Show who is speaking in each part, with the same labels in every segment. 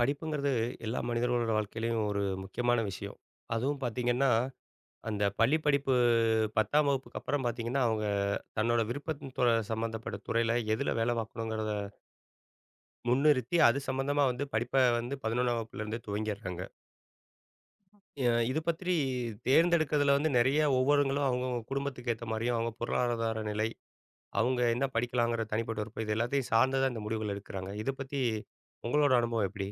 Speaker 1: படிப்புங்கிறது எல்லா மனிதர்களோட வாழ்க்கையிலயும் ஒரு முக்கியமான விஷயம். அதுவும் பார்த்தீங்கன்னா, அந்த பள்ளி படிப்பு 10ஆம் வகுப்புக்கு அப்புறம் பார்த்தீங்கன்னா, அவங்க தன்னோட விருப்பத்தோட சம்மந்தப்பட்ட துறையில எதுல வேலை பார்க்கணுங்கிறத முன்னிறுத்தி, அது சம்மந்தமா வந்து படிப்ப வந்து 11ஆம் வகுப்புலேருந்தே துவங்கிர்றாங்க. இது பற்றி தேர்ந்தெடுக்கிறதுல வந்து நெறைய ஒவ்வொருவங்களும் அவங்கவங்க குடும்பத்துக்கு ஏத்த மாரியும், அவங்க பொருளாதார நிலை, அவங்க என்ன படிக்கலாங்கிற தனிப்பட்ட விருப்பம், இது எல்லாத்தையும் சார்ந்து தான் இந்த முடிவுகள் எடுக்கிறாங்க. இத பத்தி உங்களோட அனுபவம் எப்படி?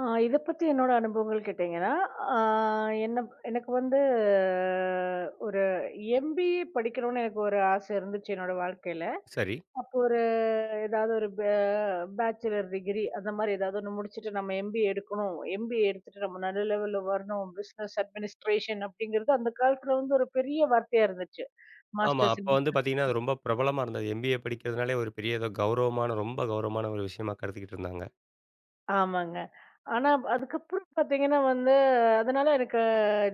Speaker 2: இத பத்தி என்னோட அனுபவங்கள் கேட்டீங்கன்னா, ஆ என்ன எனக்கு வந்து ஒரு எம்பிஏ படிக்கணும்னு எனக்கு ஒரு ஆசை இருந்துச்சு என்னோட வாழ்க்கையில.
Speaker 1: சரி.
Speaker 2: அப்போ ஒரு ஏதாவது ஒரு பேச்சுலர் டிகிரி அந்த மாரி ஏதாவது ஒண்ணு முடிச்சுட்டு நம்ம எம்பிஏ எடுக்கணும். எம்பிஏ எடுத்துட்டு நம்ம நல்ல லெவல்ல வரணும். பிசினஸ் அட்மினிஸ்ட்ரேஷன் அப்படிங்கிறது அந்த காலத்துல வந்து ஒரு பெரிய வார்த்தையா இருந்துச்சு.
Speaker 1: ஆமா.
Speaker 2: மாஸ்டர்ஸ்
Speaker 1: அப்ப
Speaker 2: இன்
Speaker 1: வந்து
Speaker 2: பிசினஸ்.
Speaker 1: பார்த்தீங்கன்னா, அது ரொம்ப பிரபலமா இருந்தது. எம்பிஏ படிக்கிறதுனாலே ஒரு பெரிய ஏதோ கௌரவமான, ரொம்ப கௌரவமான ஒரு விஷயமா கருதிக்கிட்டு இருந்தாங்க.
Speaker 2: ஆமாங்க. ஆனா அதுக்கப்புறம் பாத்தீங்கன்னா வந்து, அதனால எனக்கு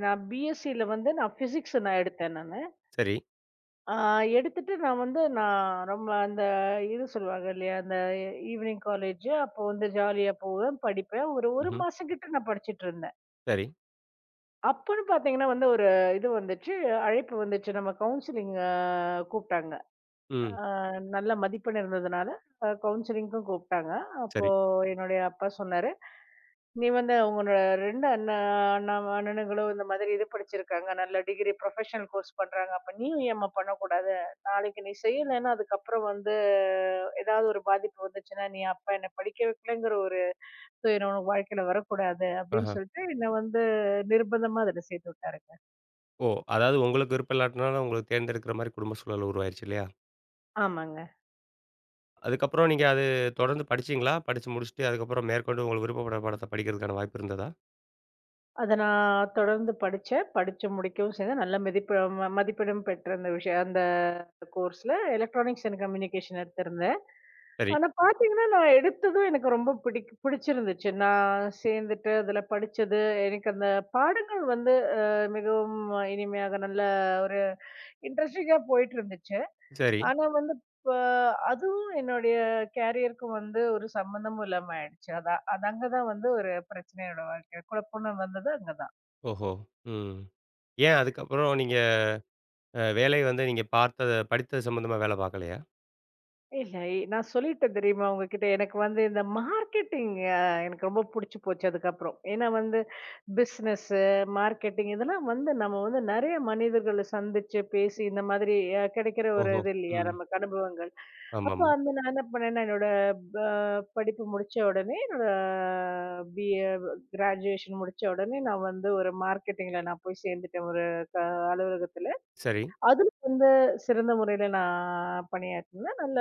Speaker 2: நான் பிஎஸ்சில வந்து நான் பிசிக்ஸ் நான் எடுத்தேன் நானு.
Speaker 1: சரி.
Speaker 2: ஆ எடுத்துட்டு நான் வந்து நான் ரொம்ப அந்த இது சொல்லுவாங்க இல்லையா, அந்த ஈவினிங் காலேஜ் அப்போ வந்து ஜாலியா போவேன், படிப்பேன். ஒரு 1
Speaker 1: ம்ஹ்ம்.
Speaker 2: மாசம் கிட்ட நான் படிச்சுட்டுருந்தேன்.
Speaker 1: சரி.
Speaker 2: அப்பன்னு பார்த்தீங்கன்னா வந்து ஒரு இது வந்துச்சு, அழைப்பு வந்துச்சு. நம்ம கவுன்சிலிங் கூப்பிட்டாங்க. அ
Speaker 1: ம்.
Speaker 2: நல்ல மதிப்பெண் இருந்ததுனால கவுன்சிலிங்க்கும் கூப்பிட்டாங்க. அப்போ
Speaker 1: சரி.
Speaker 2: என்னுடைய அப்பா சொன்னாரு நீ வந்து உங்களோட 2 அண்ணா அண்ணா அண்ணனுங்களும் இந்த மாதிரி இது படிச்சிருக்காங்க. நல்ல டிகிரி ப்ரொஃபஷனல் கோர்ஸ் பண்றாங்க. அப்ப நீயும் ஏம்மா பண்ணக்கூடாது? நாளைக்கு நீ செய்யலன்னா, அதுக்கப்புறம் வந்து ஏதாவது ஒரு பாதிப்பு வந்துச்சுன்னா, நீ அப்பா என்ன படிக்க வைக்கலங்கிற ஒரு துயரம் உனக்கு வாழ்க்கையில வரக்கூடாது. அப்படின்னு
Speaker 1: ஆஹா.
Speaker 2: சொல்லிட்டு என்ன வந்து நிர்பந்தமா அதுல சேர்த்து விட்டாருங்க.
Speaker 1: ஓ! அதாவது உங்களுக்கு விருப்பம் இல்லாட்டினாலும் உங்களுக்கு தேர்ந்தெடுக்கிற மாரி குடும்ப சூழல் உருவாயிருச்சு இல்லையா?
Speaker 2: ஆமாங்க.
Speaker 1: அதுக்கப்புறம் நீங்க அது தொடர்ந்து படிச்சீங்களா? படிச்சு முடிச்சுட்டு அதுக்கப்புறம் மேற்கொண்டு உங்களுக்கு விருப்பப்பட்ட பாடத்த படிக்கிறதுக்கான வாய்ப்பு இருந்ததா?
Speaker 2: அத நான் தொடர்ந்து படிச்சேன். படிச்சு முடிக்கவும் செய்தேன். நல்ல மதிப்பெண்ணும் பெற்ற அந்த விஷயம் அந்த கோர்ஸ்ல எலக்ட்ரானிக்ஸ் அண்ட் கம்யூனிகேஷன் எடுத்திருந்தேன்.
Speaker 1: சரி,
Speaker 2: ஆனா பார்த்தீங்கன்னா, நான் எடுத்ததும் எனக்கு ரொம்ப பிடிச்சிருந்துச்சு. நான் சேர்ந்துட்டு அதில படிச்சது, எனக்கு அந்த பாடங்கள் வந்து அ மிகவும் இனிமையாக நல்ல ஒரு இன்ட்ரஸ்டிங்கா போயிட்டுருந்துச்சு.
Speaker 1: சரி.
Speaker 2: ஆனா வந்து இப்ப அதுவும் என்னுடைய கேரியருக்கும் வந்து ஒரு சம்மந்தமும் இல்லாம ஆயிடுச்சு. அது அது அங்க தான் வந்து ஒரு பிரச்சனையோட வாழ்க்கை குழப்பம்னு வந்தது அங்க தான்.
Speaker 1: ஓஹோ! ம். ஏன் அதுக்கப்புறம் நீங்க வேலை வந்து நீங்க பார்த்தத படித்தது சம்மந்தமா வேலை பார்க்கலையா?
Speaker 2: இல்ல. நான் சொல்லிட்டேன் தெரியுமா உங்ககிட்ட. எனக்கு வந்து இந்த மார்க்கெட்டிங் எனக்கு ரொம்ப புடிச்சு போச்சு அதுக்கப்புறம். ஏன்னா வந்து பிசினஸ்ஸு, மார்க்கெட்டிங் இதெல்லாம் வந்து நம்ம வந்து நெறைய மனிதர்கள சந்திச்சு, பேசி இந்த மாதிரி கிடைக்கிற ஒரு
Speaker 1: ஓஹோ!
Speaker 2: இது இல்லையா?
Speaker 1: ம்.
Speaker 2: நமக்கு அனுபவங்கள். அப்போ
Speaker 1: ஆமாமா.
Speaker 2: வந்து நான் என்ன பண்ணேன்னா, என்னோட ப படிப்பு முடிச்ச உடனே என்னோட பிஏ கிராஜுவேஷன் முடிச்ச உடனே நான் வந்து ஒரு மார்க்கெட்டிங்ல நான் போய் சேர்ந்துட்டேன் ஒரு க அலுவலகத்துல.
Speaker 1: சரி.
Speaker 2: அதுல வந்து சிறந்த முறையில நான் பணியாற்றினேன். நல்ல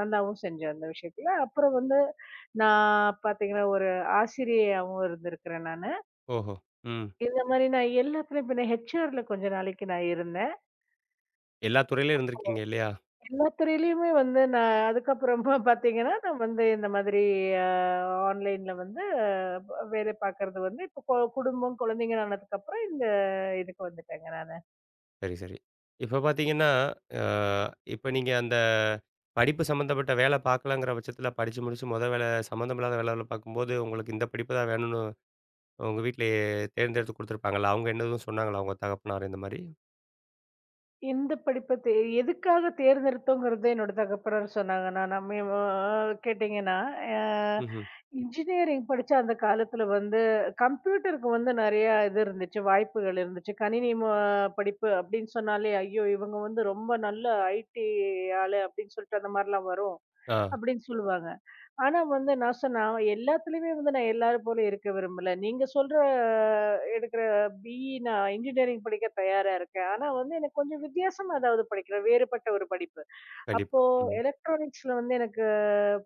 Speaker 2: நல்லாவும் செஞ்சேன் அந்த விஷயத்துல. அப்புறம் வந்து நான் பாத்தீங்கன்னா, ஒரு ஆசிரியையாவும் இருந்திருக்கிறேன் நானு.
Speaker 1: ஓஹோ! ம்.
Speaker 2: இந்த மாரி நான் எல்லாத்துலயும் பின்ன ஹெச்ஆர்ல கொஞ்ச நாளைக்கு நான் இருந்தேன்.
Speaker 1: எல்லா துறையிலும் இருந்திருக்கீங்க இல்லையா?
Speaker 2: எல்லா துறையிலயுமே வந்து நான் அதுக்கப்புறமா பாத்தீங்கன்னா, நான் வந்து இந்த மாதிரி அ ஆன்லைன்ல வந்து வேலை பாக்குறது வந்து இப்போ குடும்பம், குழந்தைங்கன்னு ஆனதுக்கப்புறம் இந்த இதுக்கு வந்துட்டேங்க நானு.
Speaker 1: சரி, சரி. இப்ப பார்த்தீங்கன்னா, அ இப்ப நீங்க அந்த படிப்பு சம்மந்தப்பட்ட வேலை பார்க்கலங்கிற பட்சத்தில படிச்சு முடிச்சு மொத வேலை சம்மந்தமில்லாத வேலைகள பார்க்கும்போது, உங்களுக்கு இந்த படிப்பு தான் வேணும்னு உங்க வீட்ல தேர்ந்தெடுத்து குடுத்துருப்பாங்கல்ல. அவங்க என்ன எதுவும் சொன்னாங்களா? உங்க தகப்பனார் இந்த மாரி?
Speaker 2: எந்த படிப்ப தே எதுக்காக தேர்ந்தெடுத்தோங்கிறத என்னோட தகப்பனார் சொன்னாங்க. நான் நம்ம கேட்டீங்கன்னா, அ
Speaker 1: ம்ஹ்ம்.
Speaker 2: இன்ஜினியரிங் படிச்ச அந்த காலத்துல வந்து கம்ப்யூட்டருக்கு வந்து நெறைய இது இருந்துச்சு, வாய்ப்புகள் இருந்துச்சு. கணினி ம படிப்பு அப்படின்னு சொன்னாலே, "ஐயோ! இவங்க வந்து ரொம்ப நல்ல ஐடி ஆளு" அப்படின்னு சொல்லிட்டு அந்த மாரிலாம் வரும்,
Speaker 1: ஆ.
Speaker 2: அப்படின்னு சொல்லுவாங்க. ஆனா வந்து நான் சொன்னேன் எல்லாத்துலயுமே வந்து நான் எல்லாரும் போல இருக்க விரும்பல. நீங்க சொல்ற எடுக்கிற பிஇ நான் இன்ஜினியரிங் படிக்க தயாரா இருக்கேன். ஆனா வந்து எனக்கு கொஞ்சம் வித்தியாசமா ஏதாவது படிக்கிறேன். வேறுபட்ட ஒரு படிப்பு.
Speaker 1: கண்டிப்பா.
Speaker 2: அப்போ
Speaker 1: ம்.
Speaker 2: எலக்ட்ரானிக்ஸ்ல வந்து எனக்கு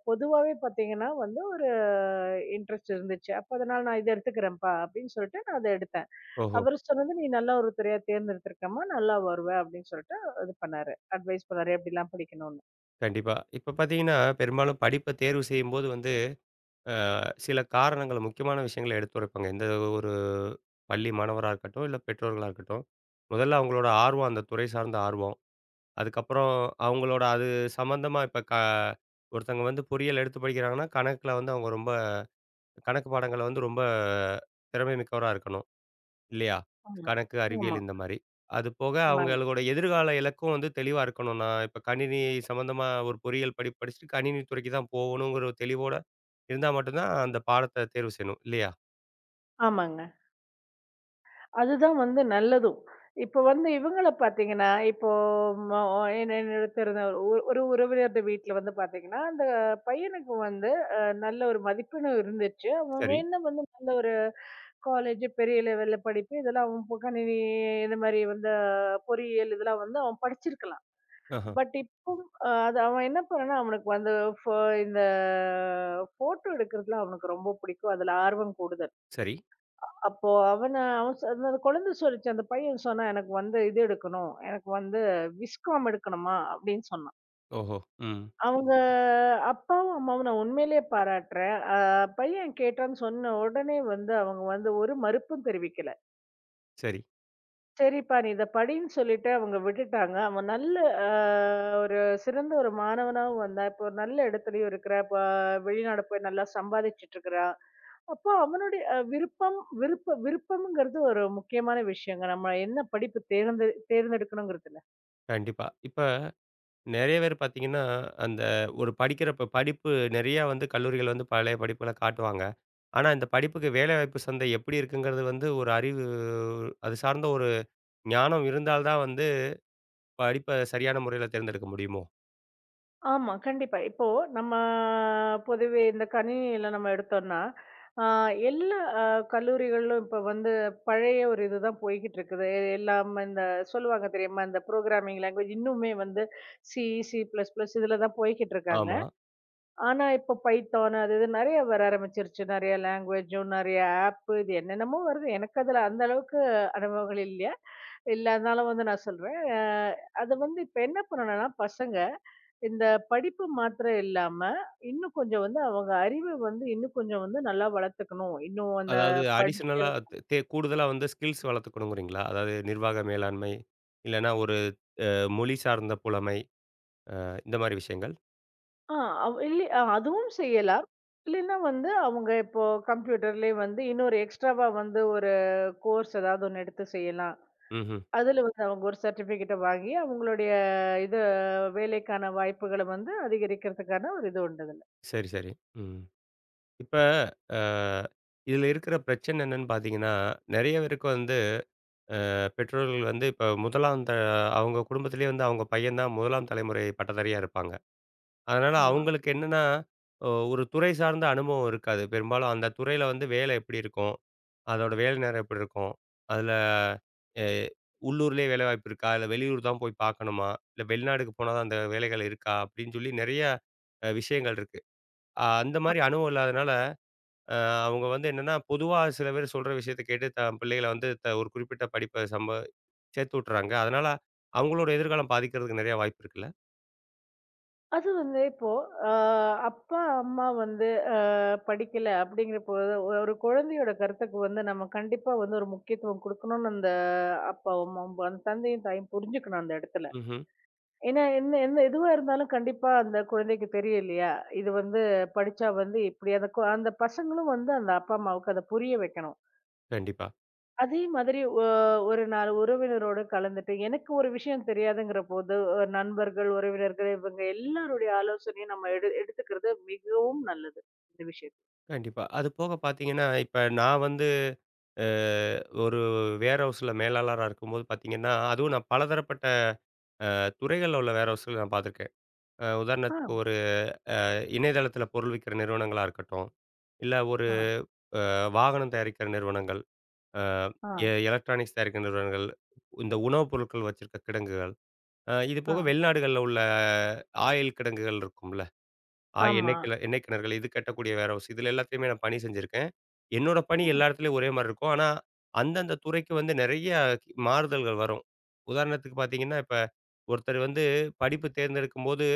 Speaker 2: பொதுவாவே பார்த்தீங்கன்னா வந்து ஒரு இன்ட்ரெஸ்ட் இருந்துச்சு. அப்ப அதனால நான் இத எடுத்துக்கிறேன்ப்பா அப்படின்னு சொல்லிட்டு நான் அத எடுத்தேன்.
Speaker 1: ஓஹோ!
Speaker 2: அவரு சொன்னது நீ நல்ல ஒரு துறையா தேர்ந்தெடுத்திருக்கம்மா. நல்லா வருவ அப்படின்னு சொல்லிட்டு இது பண்ணாரு. அட்வைஸ் பண்ணாரு எப்படிலாம் படிக்கணும்னு.
Speaker 1: கண்டிப்பா. இப்ப பார்த்தீங்கன்னா, பெரும்பாலும் படிப்ப தேர்வு செய்யும்போது வந்து அ சில காரணங்கள் முக்கியமான விஷயங்கள எடுத்துரைப்பாங்க. எந்த ஒரு பள்ளி மாணவரா இருக்கட்டும், இல்ல பெற்றோர்களா இருக்கட்டும். முதல்ல அவங்களோட ஆர்வம், அந்த துறை சார்ந்த ஆர்வம். அதுக்கப்புறம் அவங்களோட அது சம்மந்தமா இப்ப ஒருத்தங்க வந்து பொறியியல் எடுத்து படிக்கிறாங்கன்னா, கணக்குல வந்து அவங்க ரொம்ப கணக்கு பாடங்கள்ல வந்து ரொம்ப திறமை மிக்கவரா இருக்கணும். இல்லையா?
Speaker 2: ஆமா.
Speaker 1: கணக்கு,
Speaker 2: ஆமா.
Speaker 1: அறிவியல் இந்த மாரி. அது போக
Speaker 2: ஆமாங்க.
Speaker 1: அவங்களோட எதிர்கால இலக்கும் வந்து தெளிவா இருக்கணும். நான் இப்ப கணினி சம்மந்தமா ஒரு பொறியியல் படிப்பு படிச்சுட்டு கணினி துறைக்கு தான் போகணுங்கிற ஒரு தெளிவோட இருந்தா மட்டும் தான் அந்த பாடத்த தேர்வு செய்யணும். இல்லையா?
Speaker 2: ஆமாங்க. அதுதான் வந்து நல்லதும். இப்ப வந்து இவங்கள பார்த்தீங்கன்னா, இப்போ ம என்னோட தெரிந்த ஒரு ஒரு உறவினர்ட வீட்ல வந்து பார்த்தீங்கன்னா, அந்த பையனுக்கு வந்து அ நல்ல ஒரு மதிப்பெண் இருந்துச்சு. அவன்
Speaker 1: சரி.
Speaker 2: வேணும்னா வந்து நல்ல ஒரு காலேஜ் பெரிய லெவல்ல படிப்பு இதெல்லாம் அவன் போ கணினி இது மாரி வந்து பொறியியல் இதெல்லாம் வந்து அவன் படிச்சிருக்கலாம்.
Speaker 1: ஆஹ.
Speaker 2: பட் இப்போ அ அது அவன் என்ன பண்ணான்னா, அவனுக்கு வந்து ஃபோ இந்த ஃபோட்டோ எடுக்கிறதுல அவனுக்கு ரொம்ப பிடிக்கும். அதுல ஆர்வம் கூடுதல்.
Speaker 1: சரி.
Speaker 2: அப்போ அவன அவன் சொ அந்த குழந்தை சொல்லுச்சு. அந்த பையன் சொன்னான், "எனக்கு வந்து இது எடுக்கணும். எனக்கு வந்து விஸ்காம் எடுக்கணுமா?" அப்படின்னு சொன்னான்.
Speaker 1: ஓஹோ! ம்.
Speaker 2: அவங்க அப்பாவும், அம்மாவும் நான் உண்மையிலேயே பாராட்டுறேன். பையன் கேட்டான்னு சொன்ன உடனே வந்து அவங்க வந்து ஒரு மறுப்பும் தெரிவிக்கல.
Speaker 1: சரி.
Speaker 2: சரிப்பா நீ இத படின்னு சொல்லிட்டு அவங்க விட்டுட்டாங்க. அவன் நல்ல அ ஒரு சிறந்த ஒரு மாணவனாவும் வந்தான். இப்போ ஒரு நல்ல இடத்துலயும் இருக்கிறான். இப்ப வெளிநாடு போய் நல்லா சம்பாதிச்சுட்டு இருக்கிறான். அப்போ அவனுடைய விருப்பம் விருப்பம்ங்கிறது ஒரு முக்கியமான விஷயங்க. நம்ம என்ன படிப்பு தேர்ந்தெடுக்கணுங்கிறதுல.
Speaker 1: கண்டிப்பா. இப்ப நெறைய பேர் பார்த்தீங்கன்னா, அந்த ஒரு படிக்கிறப்ப படிப்பு நெறையா வந்து கல்லூரிகள் வந்து பழைய படிப்புகள காட்டுவாங்க. ஆனா இந்த படிப்புக்கு வேலைவாய்ப்பு சந்தை எப்படி இருக்குங்கிறது வந்து ஒரு அறிவு அது சார்ந்த ஒரு ஞானம் இருந்தால் தான் வந்து படிப்ப சரியான முறையில தேர்ந்தெடுக்க முடியுமோ?
Speaker 2: ஆமா. கண்டிப்பா. இப்போ நம்ம பொதுவே இந்த கணினியில நம்ம எடுத்தோம்னா, ஆ எல்லா கல்லூரிகளிலும் இப்ப வந்து பழைய ஒரு இதுதான் போய்க்கிட்டு இருக்குது. எல்லாம் இந்த சொல்லுவாங்க தெரியுமா? இந்த ப்ரோகிராமிங் லாங்குவேஜ் இன்னுமே வந்து சி, சி++ பிளஸ் பிளஸ் இதுல தான் போய்க்கிட்டு இருக்காங்க.
Speaker 1: ஆமா.
Speaker 2: ஆனா, இப்ப பைத்தான் அது இது நெறைய வர ஆரம்பிச்சிருச்சு. நெறைய லேங்குவேஜும், நெறைய ஆப்பு இது என்னென்னமோ வருது. எனக்கு அதுல அந்த அளவுக்கு அனுபவங்கள் இல்ல. இல்லாதனால வந்து நான் சொல்றேன். அது வந்து இப்ப என்ன பண்ணணும்னா, பசங்க இந்த படிப்பு மாத்திரம் இல்லாம, இன்னும் கொஞ்சம் வந்து அவங்க அறிவ வந்து இன்னும் கொஞ்சம் வந்து நல்லா வளர்த்துக்கணும். இன்னும் அந்த
Speaker 1: அதாவது
Speaker 2: படிச்சு
Speaker 1: அடிஷனலா தே தே கூடுதலா வந்து ஸ்கில்ஸ் வளர்த்துக்கணுங்கிறீங்களா? அதாவது நிர்வாக மேலாண்மை, இல்லன்னா ஒரு மொழி சார்ந்த புலமை, இந்த மாரி விஷயங்கள்.
Speaker 2: ஆ இல்ல அதுவும் செய்யலாம். இல்லைன்னா வந்து அவங்க இப்போ கம்ப்யூட்டர்லயே வந்து இன்னொரு எக்ஸ்ட்ராவா வந்து ஒரு கோர்ஸ் ஏதாவது ஒண்ணு எடுத்து செய்யலாம்.
Speaker 1: ம்ஹ்ம்.
Speaker 2: அதுல வந்து அவங்க ஒரு சர்டிஃபிகேட்ட வாங்கி, அவங்களுடைய இது வேலைக்கான வாய்ப்புகள வந்து அதிகரிக்கிறதுக்கான ஒரு இது உண்டு அதுல.
Speaker 1: சரி, சரி. ம். இப்ப அ இதில இருக்கிற பிரச்சனை என்னன்னு பார்த்தீங்கன்னா, நெறைய பேருக்கு வந்து பெற்றோர்கள் வந்து இப்ப முதலாம் அவங்க குடும்பத்திலேயே வந்து அவங்க பையன் தான் முதலாம் தலைமுறை பட்டதாரியா இருப்பாங்க. அதனால
Speaker 2: ஆமா.
Speaker 1: அவங்களுக்கு என்னன்னா, ஒரு துறை சார்ந்த அனுபவம் இருக்காது. பெரும்பாலும் அந்த துறையில வந்து வேலை எப்படி இருக்கும்? அதோட வேலை நேரம் எப்படி இருக்கும்? அதுல எ உள்ளூர்லயே வேலைவாய்ப்பு இருக்கா? இல்ல வெளியூர் தான் போய் பார்க்கணுமா? இல்ல வெளிநாடுக்கு போனா தான் அந்த வேலைகள் இருக்கா? அப்படின்னு சொல்லி நெறைய விஷயங்கள் இருக்கு. அந்த மாரி அனுபவம் இல்லாதனால, அ அவங்க வந்து என்னன்னா, பொதுவா சில பேர் சொல்ற விஷயத்த கேட்டு தன் பிள்ளைகள வந்து ஒரு குறிப்பிட்ட படிப்ப சேர்த்து விட்டுறாங்க. அதனால அவங்களோட எதிர்காலம் பாதிக்கிறதுக்கு நெறைய வாய்ப்பு இருக்குல்ல?
Speaker 2: அது வந்து இப்போ அ அப்பா, அம்மா வந்து அ படிக்கல அப்படிங்கிறப்போ, ஒரு குழந்தையோட கருத்துக்கு வந்து நம்ம கண்டிப்பா வந்து ஒரு முக்கியத்துவம் குடுக்கணும்னு அந்த அப்பாவும், அம்மாவும் அந்த தந்தையும், தாயும் புரிஞ்சுக்கணும் அந்த இடத்துல.
Speaker 1: ம்ஹ்ம்.
Speaker 2: ஏன்னா என்ன என்ன எதுவா இருந்தாலும் கண்டிப்பா அந்த குழந்தைக்கு தெரியும் இல்லையா? இது வந்து படிச்சா வந்து இப்படி அந்த பசங்களும் வந்து அந்த அப்பா, அம்மாவுக்கு அத புரிய வைக்கணும்.
Speaker 1: கண்டிப்பா,
Speaker 2: அதே மாதிரி ஒரு 4 உறவினரோட கலந்துட்டு, எனக்கு ஒரு விஷயம் தெரியாதுங்கிற போது, நண்பர்கள், உறவினர்கள் இவங்க எல்லாருடைய ஆலோசனையும் நம்ம எடுத்துக்கிறது மிகவும் நல்லது. இந்த விஷயத்துல.
Speaker 1: கண்டிப்பா. அது போக பார்த்தீங்கன்னா, இப்ப நான் வந்து அ ஒரு வேர் ஹவுஸ்ல மேலாளரா இருக்கும்போது பார்த்தீங்கன்னா, அதுவும் நான் பலதரப்பட்ட துறைகள்ல உள்ள வேர் ஹவுஸ்கள நான் பார்த்துருக்கேன்.
Speaker 2: ஆ,
Speaker 1: உதாரணத்துக்கு ஒரு இணையதளத்தில பொருள் விக்கிற நிறுவனங்களா இருக்கட்டும், இல்ல ஒரு
Speaker 2: ஆ,
Speaker 1: வாகனம் தயாரிக்கிற நிறுவனங்கள், அ
Speaker 2: ஆ,
Speaker 1: எ எலக்ட்ரானிக்ஸ் தயாரிக்கிற நிறுவனங்கள், இந்த உணவுப் பொருட்கள் வச்சிருக்க கிடங்குகள், இது
Speaker 2: ஆ.
Speaker 1: போக வெளிநாடுகள்ல உள்ள ஆயில் கிடங்குகள் இருக்கும்ல.
Speaker 2: ஆமா,
Speaker 1: எண்ணெய் எண்ணெய் கிணறுகள் இது கட்டக்கூடிய வேர் ஹவுஸ். இதில எல்லாத்துலயுமே நான் பணி செஞ்சிருக்கேன். என்னோட பணி எல்லா இடத்துலயும் ஒரே மாரி இருக்கும். ஆனா, அந்தந்த துறைக்கு வந்து நெறைய மாறுதல்கள் வரும். உதாரணத்துக்கு பார்த்தீங்கன்னா, இப்ப ஒருத்தர் வந்து படிப்பு தேர்ந்தெடுக்கும்போது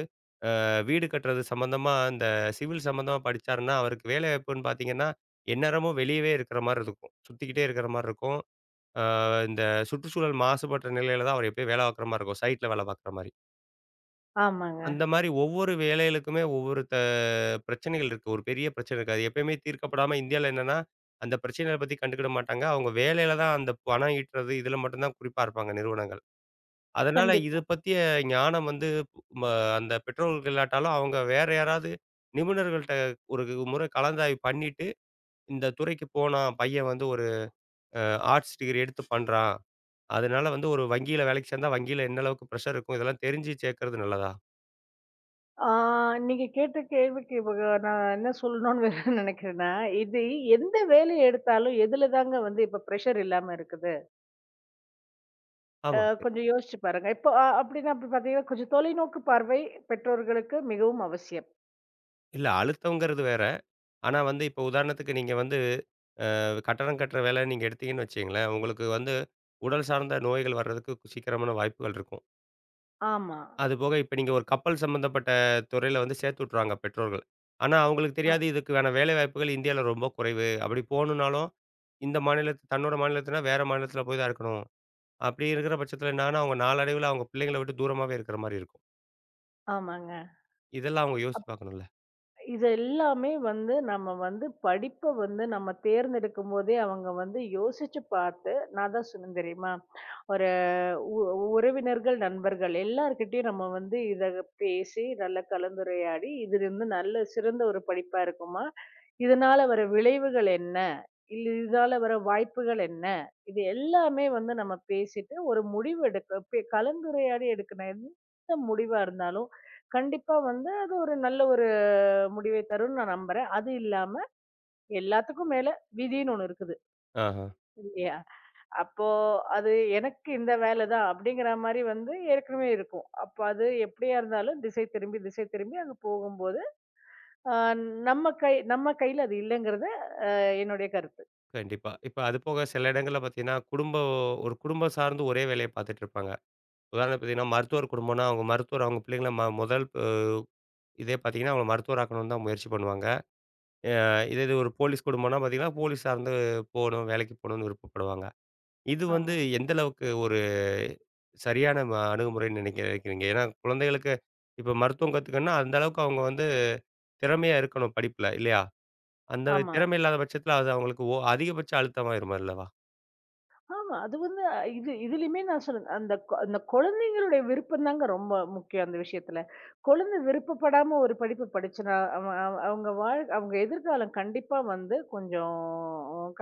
Speaker 1: வீடு கட்டுறது சம்மந்தமா அந்த சிவில் சம்மந்தமா படிச்சாருன்னா, அவருக்கு வேலைவாய்ப்புன்னு பார்த்தீங்கன்னா, எந்நேரமும் வெளியவே இருக்கிற மாரி இருக்கும். சுத்திக்கிட்டே இருக்கிற மாரி இருக்கும். ஆ இந்த சுற்றுச்சூழல் மாசுபட்ட நிலையில தான் அவர் எப்பயும் வேலை பார்க்குற மாரி இருக்கும். சைட்ல வேலை பார்க்குற மாரி.
Speaker 2: ஆமாங்க.
Speaker 1: அந்த மாரி ஒவ்வொரு வேலைகளுக்குமே ஒவ்வொரு பிரச்சனைகள் இருக்கு. ஒரு பெரிய பிரச்சனை இருக்கு. அது எப்பயுமே தீர்க்கப்படாம இந்தியால என்னன்னா, அந்த பிரச்சனைகள பத்தி கண்டுக்கிட மாட்டாங்க. அவங்க வேலையில தான் அந்த பணம் ஈட்டுறது இதுல மட்டும் தான் குறிப்பா இருப்பாங்க நிறுவனங்கள். அதனால இது
Speaker 2: கண்டிப்பா.
Speaker 1: பத்திய ஞானம் வந்து ம அந்த பெற்றோர்களுக்கு இல்லாட்டாலும் அவங்க வேற யாராவது நிபுணர்கள்ட்ட ஒரு முறை கலந்தாய்வு பண்ணிட்டு, இந்த துறைக்கு போனான் பையன் வந்து ஒரு அ ஆர்ட்ஸ் டிகிரி எடுத்து பண்றான். அதனால வந்து ஒரு வங்கியில வேலைக்கு சேர்ந்தா வங்கியில என்ன அளவுக்கு பிரஷர் இருக்கும் இதெல்லாம் தெரிஞ்சு சேர்க்கறது நல்லதா?
Speaker 2: ஆ நீங்க கேட்ட கேள்விக்கு இவங்க நான் என்ன சொல்லணும்னு வேற நினைக்கிறேன்னா, இது எந்த வேலையை எடுத்தாலும் எதுல தாங்க வந்து இப்ப பிரஷர் இல்லாம இருக்குது?
Speaker 1: ஆமா.
Speaker 2: கொஞ்சம் யோசிச்சு பாருங்க. இப்போ அப்படின்னா அப்படி பார்த்தீங்கன்னா, கொஞ்சம் தொலைநோக்கு பார்வை பெற்றோர்களுக்கு மிகவும் அவசியம்.
Speaker 1: இல்ல அழுத்தம்ங்கிறது வேற. ஆனா வந்து இப்போ உதாரணத்துக்கு நீங்க வந்து அது கட்டடம் கட்டுற வேலை நீங்க எடுத்தீங்கன்னு வச்சுக்கங்களேன், உங்களுக்கு வந்து உடல் சார்ந்த நோய்கள் வர்றதுக்கு சீக்கிரமான வாய்ப்புகள் இருக்கும்.
Speaker 2: ஆமா.
Speaker 1: அதுபோக இப்ப நீங்க ஒரு கப்பல் சம்மந்தப்பட்ட துறையில வந்து சேர்த்து விட்டுருவாங்க பெற்றோர்கள். ஆனா, அவங்களுக்கு
Speaker 2: ஆ.
Speaker 1: தெரியாது இதுக்கான வேலை வாய்ப்புகள் இந்தியால ரொம்ப குறைவு. அப்படி போணும்னாலும், இந்த மாநிலத்து தன்னோட மாநிலத்துனா வேற மாநிலத்துல போய் தான் இருக்கணும். அப்படி இருக்கிற பட்சத்துல என்னன்னா, அவங்க நாளடைவுல அவங்க பிள்ளைங்கள விட்டு தூரமாவே இருக்கிற மாரி இருக்கும்.
Speaker 2: ஆமாங்க.
Speaker 1: இதெல்லாம் அவங்க யோசிச்சு பார்க்கணும்ல.
Speaker 2: இது எல்லாமே வந்து நம்ம வந்து படிப்ப வந்து நம்ம தேர்ந்தெடுக்கும்போதே அவங்க வந்து யோசிச்சு பார்த்து நான் தான் சொன்னேன் தெரியுமா? ஒரு உ உறவினர்கள், நண்பர்கள் எல்லார்கிட்டயும் நம்ம வந்து இத பேசி நல்லா கலந்துரையாடி, "இது வந்து நல்ல சிறந்த ஒரு படிப்பா இருக்குமா? இதனால வர விளைவுகள் என்ன? இல்ல இதனால வர வாய்ப்புகள் என்ன?" இது எல்லாமே வந்து நம்ம பேசிட்டு ஒரு முடிவு எடுக்க கலந்துரையாடி எடுக்கிற எந்த முடிவா இருந்தாலும், கண்டிப்பா வந்து அது ஒரு நல்ல ஒரு முடிவை தரும்ன்னு நான் நம்புறேன். அது இல்லாம எல்லாத்துக்கும் மேல விதின்னு ஒண்ணு இருக்குது.
Speaker 1: ஆஹா.
Speaker 2: இல்லையா? அப்போ அது எனக்கு இந்த வேலை தான் அப்படிங்கிற மாரி வந்து ஏற்கனவே இருக்கும். அப்ப அது எப்படியா இருந்தாலும் திசை திரும்பி, திசை திரும்பி அங்க போகும்போது, அ நம்ம கையில அது இல்லைங்கிறது என்னுடைய கருத்து.
Speaker 1: கண்டிப்பா. இப்ப அது போக சில இடங்கள்ல பார்த்தீங்கன்னா, ஒரு குடும்பம் சார்ந்து ஒரே வேலைய பார்த்துட்டு இருப்பாங்க. உதாரணத்துக்கு பார்த்தீங்கன்னா, மருத்துவர் குடும்பம்னா, அவங்க மருத்துவர் அவங்க பிள்ளைங்கள முதல் இதே பார்த்தீங்கன்னா, அவங்கள மருத்துவராக்கணும்னு தான் முயற்சி பண்ணுவாங்க. அ இதே இது ஒரு போலீஸ் குடும்பம்னா பார்த்தீங்கன்னா, போலீஸ் சார்ந்து போணும், வேலைக்கு போணும்னு விருப்பப்படுவாங்க. இது வந்து
Speaker 2: ஆமா.
Speaker 1: எந்த அளவுக்கு ஒரு சரியான அணுகுமுறைன்னு நினைக்கிறீங்க? ஏன்னா, குழந்தைகளுக்கு இப்ப மருத்துவம் கத்துக்கணும்னா, அந்த அளவுக்கு அவங்க வந்து திறமையா இருக்கணும் படிப்புல, இல்லையா? அந்த
Speaker 2: ஆமா.
Speaker 1: திறமை இல்லாத பட்சத்தில அது அவங்களுக்கு அதிகபட்ச அழுத்தமாயிரும் அல்லவா?
Speaker 2: ஆமா. அது வந்து அ இது இதுலயுமே நான் சொல்றேன். அந்த குழந்தைங்களுடைய விருப்பம் தாங்க ரொம்ப முக்கியம் அந்த விஷயத்துல. குழந்தை விருப்பப்படாம ஒரு படிப்பு படிச்சுனா, அவன் அவ அவங்க வாழ் அவங்க எதிர்காலம் கண்டிப்பா வந்து கொஞ்சம்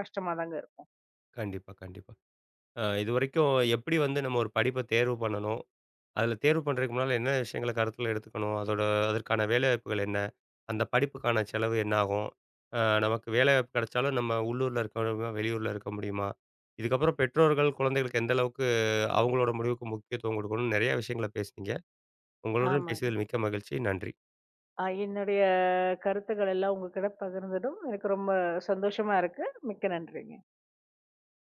Speaker 2: கஷ்டமா தாங்க இருக்கும்.
Speaker 1: கண்டிப்பா, கண்டிப்பா. இதுவரைக்கும் எப்படி வந்து நம்ம ஒரு படிப்ப தேர்வு பண்ணணும்? அதுல தேர்வு பண்றதுக்கு முன்னால என்ன விஷயங்கள கருத்துல எடுத்துக்கணும்? அதோட அதற்கான வேலைவாய்ப்புகள் என்ன? அந்த படிப்புக்கான செலவு என்ன ஆகும்? அ நமக்கு வேலைவாய்ப்பு கிடைச்சாலும் நம்ம உள்ளூர்ல இருக்க முடியுமா? வெளியூர்ல இருக்க முடியுமா? இதுக்கப்புறம் பெற்றோர்கள் குழந்தைகளுக்கு எந்த அளவுக்கு அவங்களோட முடிவுக்கு முக்கியத்துவம் கொடுக்கணும்னு நெறைய விஷயங்கள பேசுனீங்க. உங்களுடன்
Speaker 2: ஆமாங்க.
Speaker 1: பேசியதில் மிக்க மகிழ்ச்சி. நன்றி.
Speaker 2: என்னுடைய கருத்துக்கள் எல்லாம் உங்ககிட்ட பகிர்ந்ததும் எனக்கு ரொம்ப சந்தோஷமா இருக்கு. மிக்க நன்றிங்க.